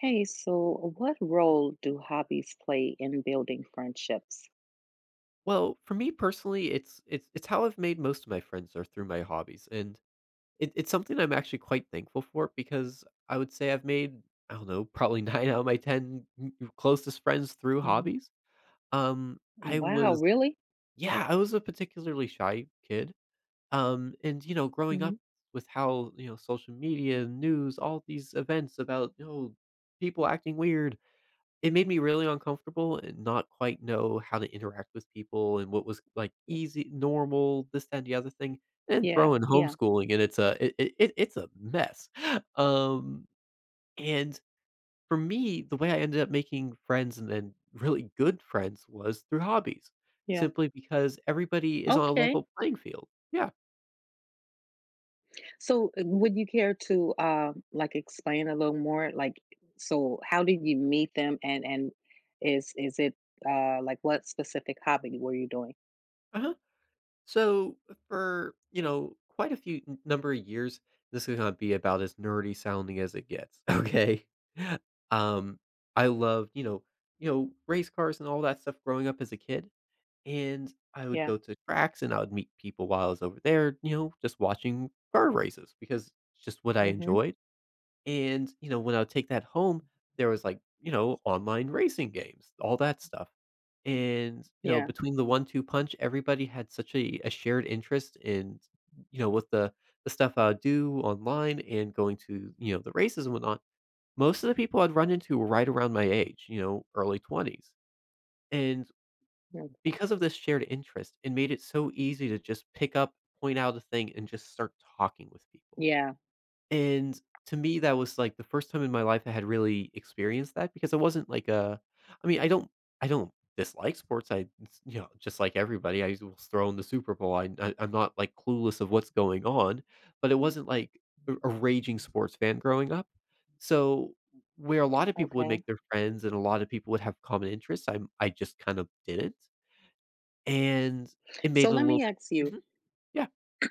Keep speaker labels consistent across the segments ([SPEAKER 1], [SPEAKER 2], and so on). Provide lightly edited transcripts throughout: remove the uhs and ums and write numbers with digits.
[SPEAKER 1] Hey, so what role do hobbies play in building friendships?
[SPEAKER 2] Well, for me personally, it's how I've made most of my friends are through my hobbies, and it's something I'm actually quite thankful for because I would say I've made, I don't know, probably nine out of my ten closest friends through
[SPEAKER 1] Mm.
[SPEAKER 2] hobbies. I
[SPEAKER 1] Wow,
[SPEAKER 2] was
[SPEAKER 1] really?
[SPEAKER 2] yeah, I was a particularly shy kid. And growing
[SPEAKER 1] hmm
[SPEAKER 2] up with how social media, news, all these events about people acting weird, it made me really uncomfortable and not quite know how to interact with people and what was, like, easy, normal, this, that, and the other thing, and
[SPEAKER 1] Yeah,
[SPEAKER 2] throw in
[SPEAKER 1] yeah,
[SPEAKER 2] homeschooling, and it's a it it it it's a mess. Um, and for me, the way I ended up making friends and then really good friends was through hobbies,
[SPEAKER 1] yeah.
[SPEAKER 2] simply because everybody is on a
[SPEAKER 1] Okay.
[SPEAKER 2] level playing field. Yeah.
[SPEAKER 1] So would you care to like explain a little more? Like, so how did you meet them, and is it like what specific hobby were you doing?
[SPEAKER 2] Uh-huh. So for quite a few number of years, this is gonna be about as nerdy sounding as it gets. Okay, um, I loved race cars and all that stuff growing up as a kid, and I would
[SPEAKER 1] Yeah.
[SPEAKER 2] go to tracks and I would meet people while I was over there, just watching car races because it's just what I
[SPEAKER 1] Mm-hmm.
[SPEAKER 2] enjoyed. And, when I would take that home, there was, like, online racing games, all that stuff. And,
[SPEAKER 1] Yeah.
[SPEAKER 2] between the one-two punch, everybody had such a shared interest in, with the stuff I would do online and going to, the races and whatnot, most of the people I'd run into were right around my age, early 20s. And
[SPEAKER 1] Okay.
[SPEAKER 2] because of this shared interest, it made it so easy to just pick up, point out a thing, and just start talking with people.
[SPEAKER 1] Yeah.
[SPEAKER 2] And to me, that was, like, the first time in my life I had really experienced that because I wasn't like a I mean, I don't dislike sports. I it's just like everybody, I will throw in the Super Bowl. I'm not, like, clueless of what's going on, but it wasn't like a raging sports fan growing up. So, where a lot of people would
[SPEAKER 1] Okay.
[SPEAKER 2] make their friends and a lot of people would have common interests, I just kind of didn't, and it
[SPEAKER 1] So
[SPEAKER 2] made it a
[SPEAKER 1] let me
[SPEAKER 2] little bit.
[SPEAKER 1] ask you.
[SPEAKER 2] Mhm. Yeah.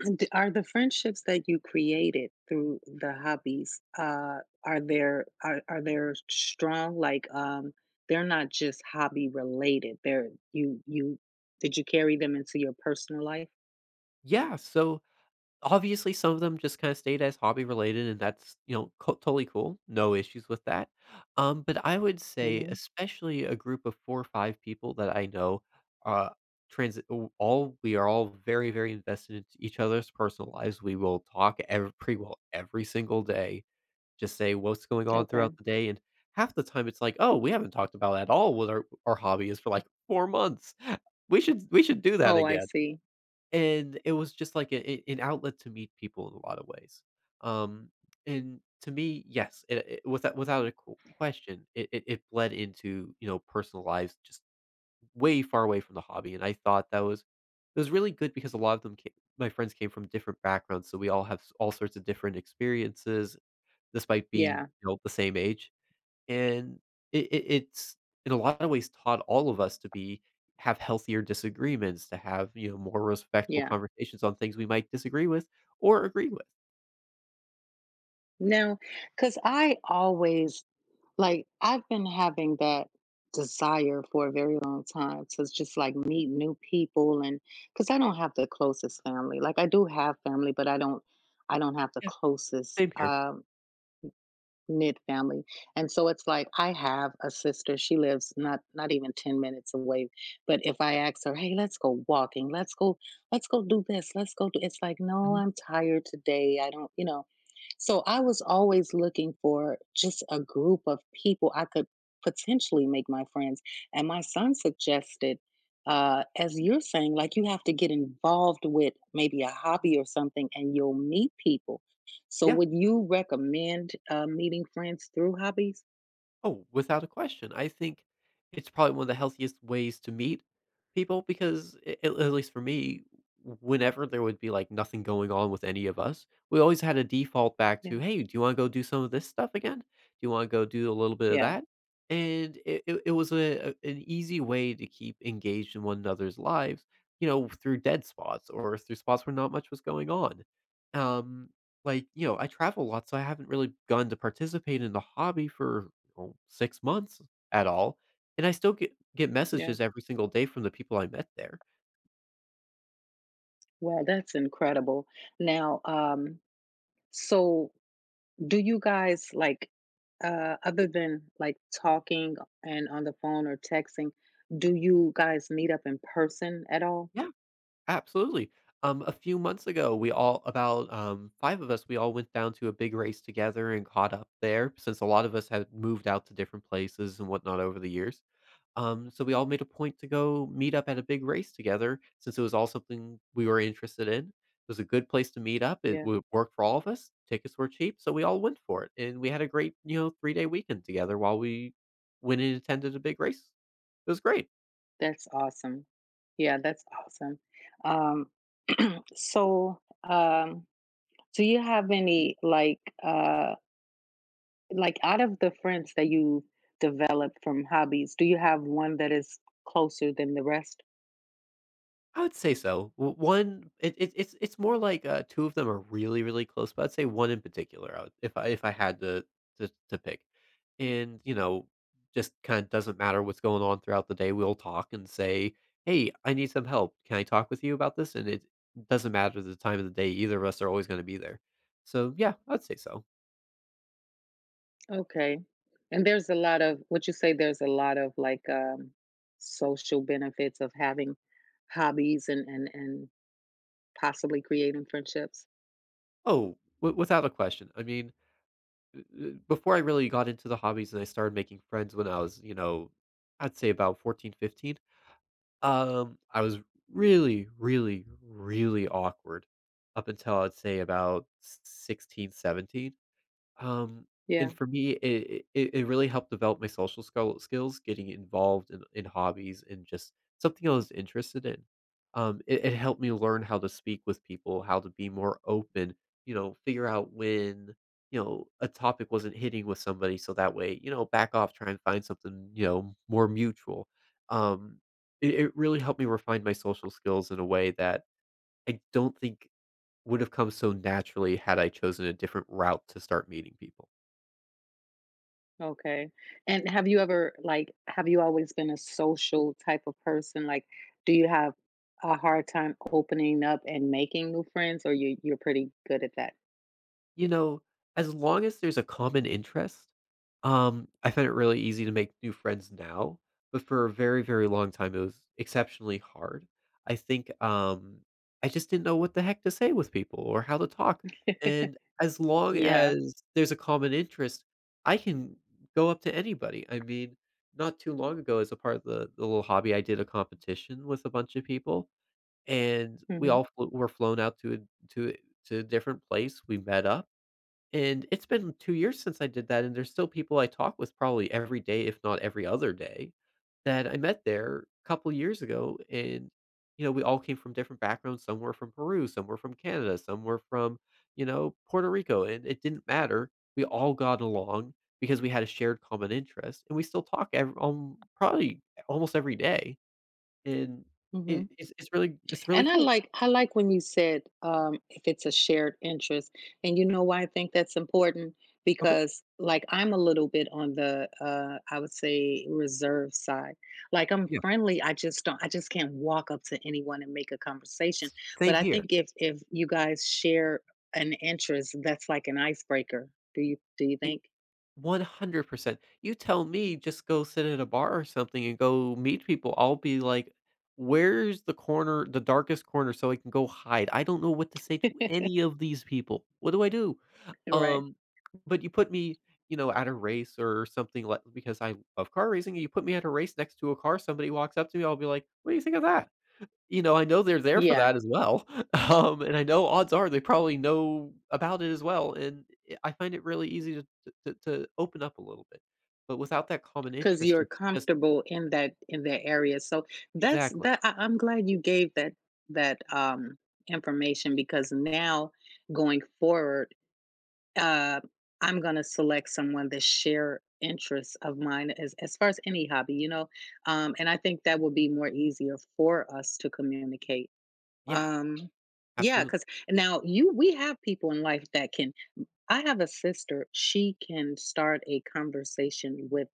[SPEAKER 1] Are the friendships that you created through the hobbies, are there strong? Like they're not just hobby related. They're you you Did you carry them into your personal life?
[SPEAKER 2] Yeah. So obviously, some of them just kinda stayed as hobby related, and that's, co totally cool, no issues with that, but I would say,
[SPEAKER 1] hmm
[SPEAKER 2] especially a group of 4 or 5 people that I know, uh, transi all we are all very, very invested in each other's personal lives, we will talk ev pretty well every single day, just say what's going on
[SPEAKER 1] Okay.
[SPEAKER 2] throughout the day, and half the time it's like, "Oh, we haven't talked about at all what our hobby is for, like, 4 months. We should do that
[SPEAKER 1] Oh, I
[SPEAKER 2] again."
[SPEAKER 1] see.
[SPEAKER 2] And it was just like a an outlet to meet people in a lot of ways. Um, and to me, yes, it without a q question, it bled into, personal lives just way far away from the hobby, and I thought that was it was really good because a lot of them came my friends came from different backgrounds, so we all have s all sorts of different experiences despite being,
[SPEAKER 1] Yeah,
[SPEAKER 2] the same age. And it's in a lot of ways taught all of us to be have healthier disagreements, to have, more respectful
[SPEAKER 1] yeah.
[SPEAKER 2] conversations on things we might disagree with or agree with.
[SPEAKER 1] No, because I always — like, I've been having that desire for a very long time to just like meet new people. And because I don't have the closest family. Like, I do have family, but I don't have the
[SPEAKER 2] Yeah.
[SPEAKER 1] closest.
[SPEAKER 2] Same here.
[SPEAKER 1] Knit family. And so it's like I have a sister. She lives not even 10 minutes away. But if I ask her, "Hey, let's go walking. Let's go do this. Let's go do." It's like, "No,
[SPEAKER 2] Mhm.
[SPEAKER 1] I'm tired today. I don't, you know." So I was always looking for just a group of people I could potentially make my friends. And my son suggested as you're saying, like you have to get involved with maybe a hobby or something, and you'll meet people. So
[SPEAKER 2] Yeah.
[SPEAKER 1] would you recommend, meeting friends through hobbies?
[SPEAKER 2] Oh, without a question. I think it's probably one of the healthiest ways to meet people because, at least for me, whenever there would be like nothing going on with any of us, we always had a default back
[SPEAKER 1] Yeah,
[SPEAKER 2] to, hey, do you want to go do some of this stuff again? Do you want to go do a little bit of
[SPEAKER 1] yeah,
[SPEAKER 2] that? And it was an easy way to keep engaged in one another's lives, through dead spots or through spots where not much was going on. Um, like I travel a lot, so I haven't really gone to participate in the hobby for, well, 6 months at all, and I still get
[SPEAKER 1] yeah.
[SPEAKER 2] messages every single day from the people I met there.
[SPEAKER 1] Well, that's incredible. Now, so do you guys like other than like talking and on the phone or texting, do you guys meet up in person at all?
[SPEAKER 2] Yeah, absolutely. A few months ago, we all, about, 5 of us, we all went down to a big race together and caught up there since a lot of us had moved out to different places and whatnot over the years. So we all made a point to go meet up at a big race together since it was all something we were interested in. It was a good place to meet up. It
[SPEAKER 1] Yeah.
[SPEAKER 2] would work for all of us. Tickets were cheap, so we all went for it. And we had a great, three-day weekend together while we went and attended a big race. It was great.
[SPEAKER 1] That's awesome. Yeah, that's awesome. Um so um do you have any out of the friends that you developed from hobbies, do you have one that is closer than the rest?
[SPEAKER 2] I would say so. W one it it it's more like, 2 of them are really, really close, but I'd say 1 in particular, I would, if I had to pick. And, just kinda doesn't matter what's going on throughout the day, we'll talk and say, "Hey, I need some help. Can I talk with you about this?" And it doesn't matter the time of the day, either of us are always gonna be there. So, yeah, I'd say so.
[SPEAKER 1] Okay. And there's a lot of would you say there's a lot of, like, social benefits of having hobbies and possibly creating friendships?
[SPEAKER 2] Oh, w without a question. I mean, uh before I really got into the hobbies and I started making friends when I was, I'd say about 14, 15. I was really, really, really awkward up until I'd say about 16, 17. Um,
[SPEAKER 1] Yeah,
[SPEAKER 2] and for me, it really helped develop my social skills, getting involved in hobbies and just something I was interested in. It helped me learn how to speak with people, how to be more open, figure out when, a topic wasn't hitting with somebody. So that way, back off, try and find something, more mutual. Um, it really helped me refine my social skills in a way that I don't think would have come so naturally had I chosen a different route to start meeting people.
[SPEAKER 1] okay. And have you ever, have you always been a social type of person? Like, do you have a hard time opening up and making new friends, or you're pretty good at that?
[SPEAKER 2] You know, as long as there's a common interest, I find it really easy to make new friends now, but for a very, very long time, it was exceptionally hard. I think I just didn't know what the heck to say with people or how to talk. And as long
[SPEAKER 1] Yeah.
[SPEAKER 2] as there's a common interest, I can go up to anybody. I mean, not too long ago, as a part of the little hobby, I did a competition with a bunch of people, and we
[SPEAKER 1] Mhm.
[SPEAKER 2] all were flown out to to a- to a different place. We met up, and it's been 2 years since I did that, and there's still people I talk with probably every day, if not every other day, that I met there a couple years ago, and, we all came from different backgrounds. Some were from Peru, some were from Canada, some were from, Puerto Rico, and it didn't matter. We all got along because we had a shared common interest, and we still talk ev probably almost every day, and it
[SPEAKER 1] Mhm.
[SPEAKER 2] it's it's really it's really
[SPEAKER 1] And
[SPEAKER 2] cool.
[SPEAKER 1] I like when you said if it's a shared interest. And you know why I think that's important,
[SPEAKER 2] Okay.
[SPEAKER 1] because like I'm a little bit on the I would say reserve side. Like, I'm
[SPEAKER 2] Yeah.
[SPEAKER 1] friendly, I just can't walk up to anyone and make a conversation. But
[SPEAKER 2] Same
[SPEAKER 1] I
[SPEAKER 2] here.
[SPEAKER 1] think if you guys share an interest, that's like an icebreaker. Do you think?
[SPEAKER 2] 100%. You tell me just go sit at a bar or something and go meet people. I'll be like, "Where's the corner, the darkest corner so I can go hide?" I don't know what to say to any of these people. What do I do?
[SPEAKER 1] Right.
[SPEAKER 2] Um, but you put me, at a race or something like because I love car racing, you put me at a race next to a car, somebody walks up to me, I'll be like, "What do you think of that?" I know they're there for
[SPEAKER 1] Yeah.
[SPEAKER 2] that as well, and I know odds are they probably know about it as well, and I find it really easy to open up a little bit, but without that common
[SPEAKER 1] Because
[SPEAKER 2] interest,
[SPEAKER 1] you're
[SPEAKER 2] it's just.
[SPEAKER 1] comfortable in that area. So that's
[SPEAKER 2] Exactly.
[SPEAKER 1] that I, I'm glad you gave that that um information, because now, going forward, uh I'm going to select someone that share interests of mine as far as any hobby, you know. And I think that will be more easier for us to communicate.
[SPEAKER 2] Yeah,
[SPEAKER 1] um yeah,
[SPEAKER 2] absolutely.
[SPEAKER 1] because now you we have people in life that can — I have a sister. She can start a conversation with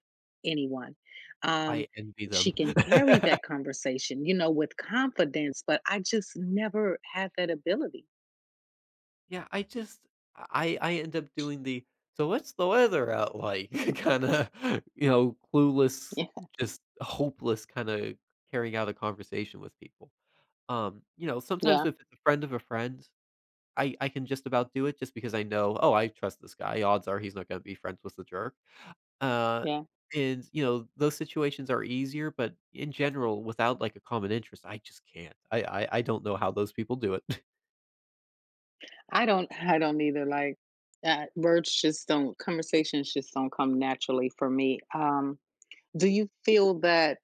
[SPEAKER 1] anyone. Um,
[SPEAKER 2] I envy
[SPEAKER 1] she
[SPEAKER 2] them.
[SPEAKER 1] can carry that conversation, you know, with confidence, but I just never had that ability.
[SPEAKER 2] Yeah, I just I end up doing the, "So what's the weather out like?" kinda, clueless,
[SPEAKER 1] Yeah,
[SPEAKER 2] just hopeless kinda carrying out a conversation with people. You know, sometimes
[SPEAKER 1] yeah,
[SPEAKER 2] if it's a friend of a friend I can just about do it just because I know, "Oh, I trust this guy. Odds are he's not gonna be friends with the jerk." Uh,
[SPEAKER 1] yeah.
[SPEAKER 2] and, you know, those situations are easier, but in general, without, like, a common interest, I just can't. I don't know how those people do it.
[SPEAKER 1] I don't either. Like, words just don't, conversations just don't come naturally for me. Do you feel that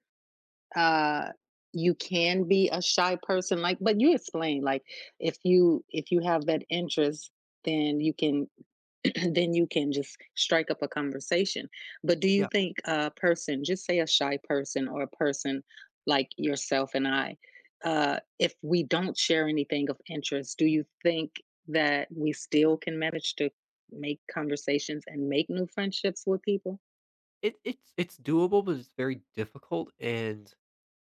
[SPEAKER 1] uh, you can be a shy person? Like, but you explain, like, if you have that interest, then you can — then you can just strike up a conversation. But do you
[SPEAKER 2] Yeah.
[SPEAKER 1] think a person, just say a shy person or a person like yourself and I, if we don't share anything of interest, do you think that we still can manage to make conversations and make new friendships with people?
[SPEAKER 2] It's doable, but it's very difficult, and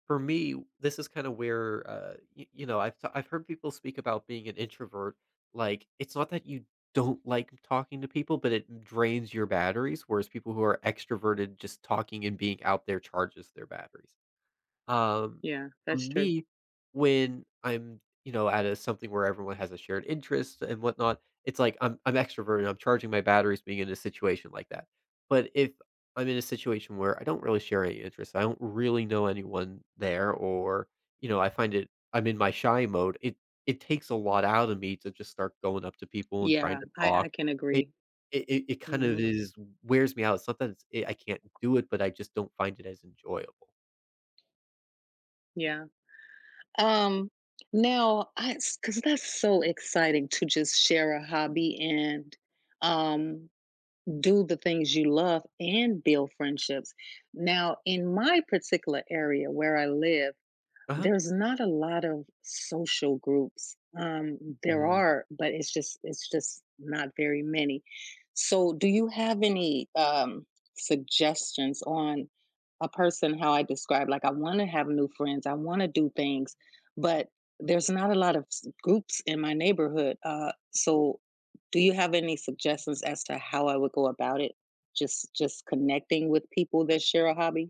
[SPEAKER 2] for me, this is kind of where you know I've I've heard people speak about being an introvert. Like it's not that you don't like talking to people, but it drains your batteries. Whereas people who are extroverted, just talking and being out there charges their batteries. Um,
[SPEAKER 1] Yeah,
[SPEAKER 2] for
[SPEAKER 1] that's true.
[SPEAKER 2] me, when I'm, you know, at a something where everyone has a shared interest and whatnot, it's like I'm extroverted, I'm charging my batteries being in a situation like that. But if I'm in a situation where I don't really share any interests, I don't really know anyone there, or you know, I find it I'm in my shy mode. It takes a lot out of me to just start going up to people and trying
[SPEAKER 1] Yeah,
[SPEAKER 2] to
[SPEAKER 1] I, I
[SPEAKER 2] talk.
[SPEAKER 1] can
[SPEAKER 2] It
[SPEAKER 1] agree.
[SPEAKER 2] it kind of
[SPEAKER 1] hmm
[SPEAKER 2] is wears me out. It's not that it's, I can't do it, but I just don't find it as enjoyable.
[SPEAKER 1] Yeah. Um, now, I — because that's so exciting to just share a hobby and um do the things you love and build friendships. Now, in my particular area where I live,
[SPEAKER 2] Uh huh.
[SPEAKER 1] there's not a lot of social groups. There
[SPEAKER 2] Mm,
[SPEAKER 1] are, but it's just not very many. So, do you have any suggestions on a person how I describe? Like, I want to have new friends. I want to do things, but there's not a lot of s- groups in my neighborhood. So, do you have any suggestions as to how I would go about it? Just connecting with people that share a hobby.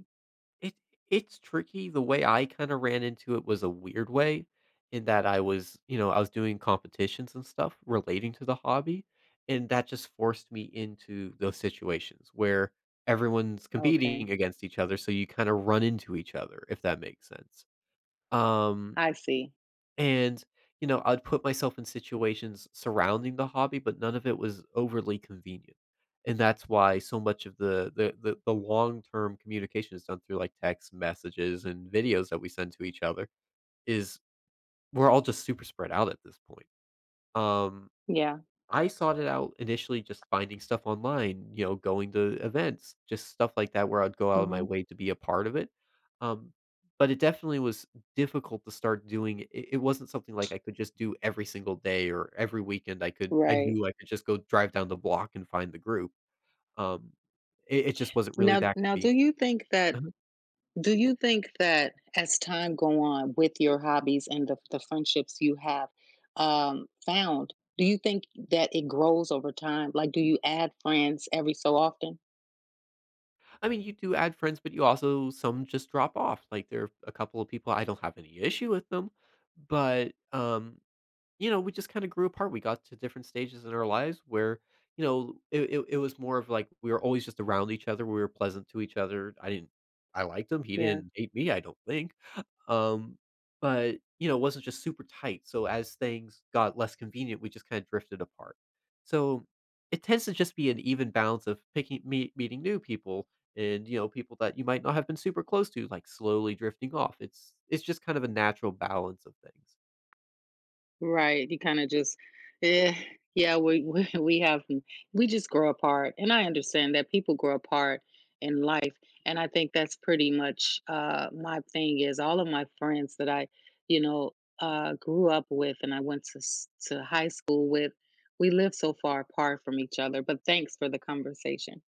[SPEAKER 2] it it's tricky. The way I kinda ran into it was a weird way in that I was, you know, I was doing competitions and stuff relating to the hobby, and that just forced me into those situations where everyone's
[SPEAKER 1] Okay,
[SPEAKER 2] competing against each other, so you kinda run into each other, if that makes sense. Um
[SPEAKER 1] I see.
[SPEAKER 2] And, you know, I'd put myself in situations surrounding the hobby, but none of it was overly convenient. And that's why so much of the the long term communication is done through like text messages and videos that we send to each other is we're all just super spread out at this point. Um
[SPEAKER 1] Yeah.
[SPEAKER 2] I sought it out initially just finding stuff online, you know, going to events, just stuff like that where I'd go out of my
[SPEAKER 1] Mhm.
[SPEAKER 2] way to be a part of it. Um, but it definitely was difficult to start doing. It wasn't something like I could just do every single day or every weekend. I could, I
[SPEAKER 1] Right.
[SPEAKER 2] knew I could just go drive down the block and find the group. Um, it it just wasn't really
[SPEAKER 1] Now
[SPEAKER 2] that
[SPEAKER 1] now do
[SPEAKER 2] deep.
[SPEAKER 1] you think that —
[SPEAKER 2] Uh-huh.
[SPEAKER 1] do you think that as time go on with your hobbies and the friendships you have, found, do you think that it grows over time? Like, do you add friends every so often?
[SPEAKER 2] I mean, you do add friends, but you also some just drop off. Like, there are a couple of people I don't have any issue with them, but, you know, we just kind of grew apart. We got to different stages in our lives where, you know, it was more of like we were always just around each other. We were pleasant to each other. I liked him. He
[SPEAKER 1] Yeah.
[SPEAKER 2] didn't hate me, I don't think. Um, but, you know, it wasn't just super tight. So as things got less convenient, we just kind of drifted apart. So it tends to just be an even balance of meeting new people, and you know people that you might not have been super close to like slowly drifting off. It's just kind of a natural balance of things.
[SPEAKER 1] Right. You kind of just, eh, yeah, we we just grow apart, and I understand that people grow apart in life, and I think that's pretty much my thing. Is all of my friends that I, you know, grew up with, and I went to s- to high school with, we live so far apart from each other. But thanks for the conversation.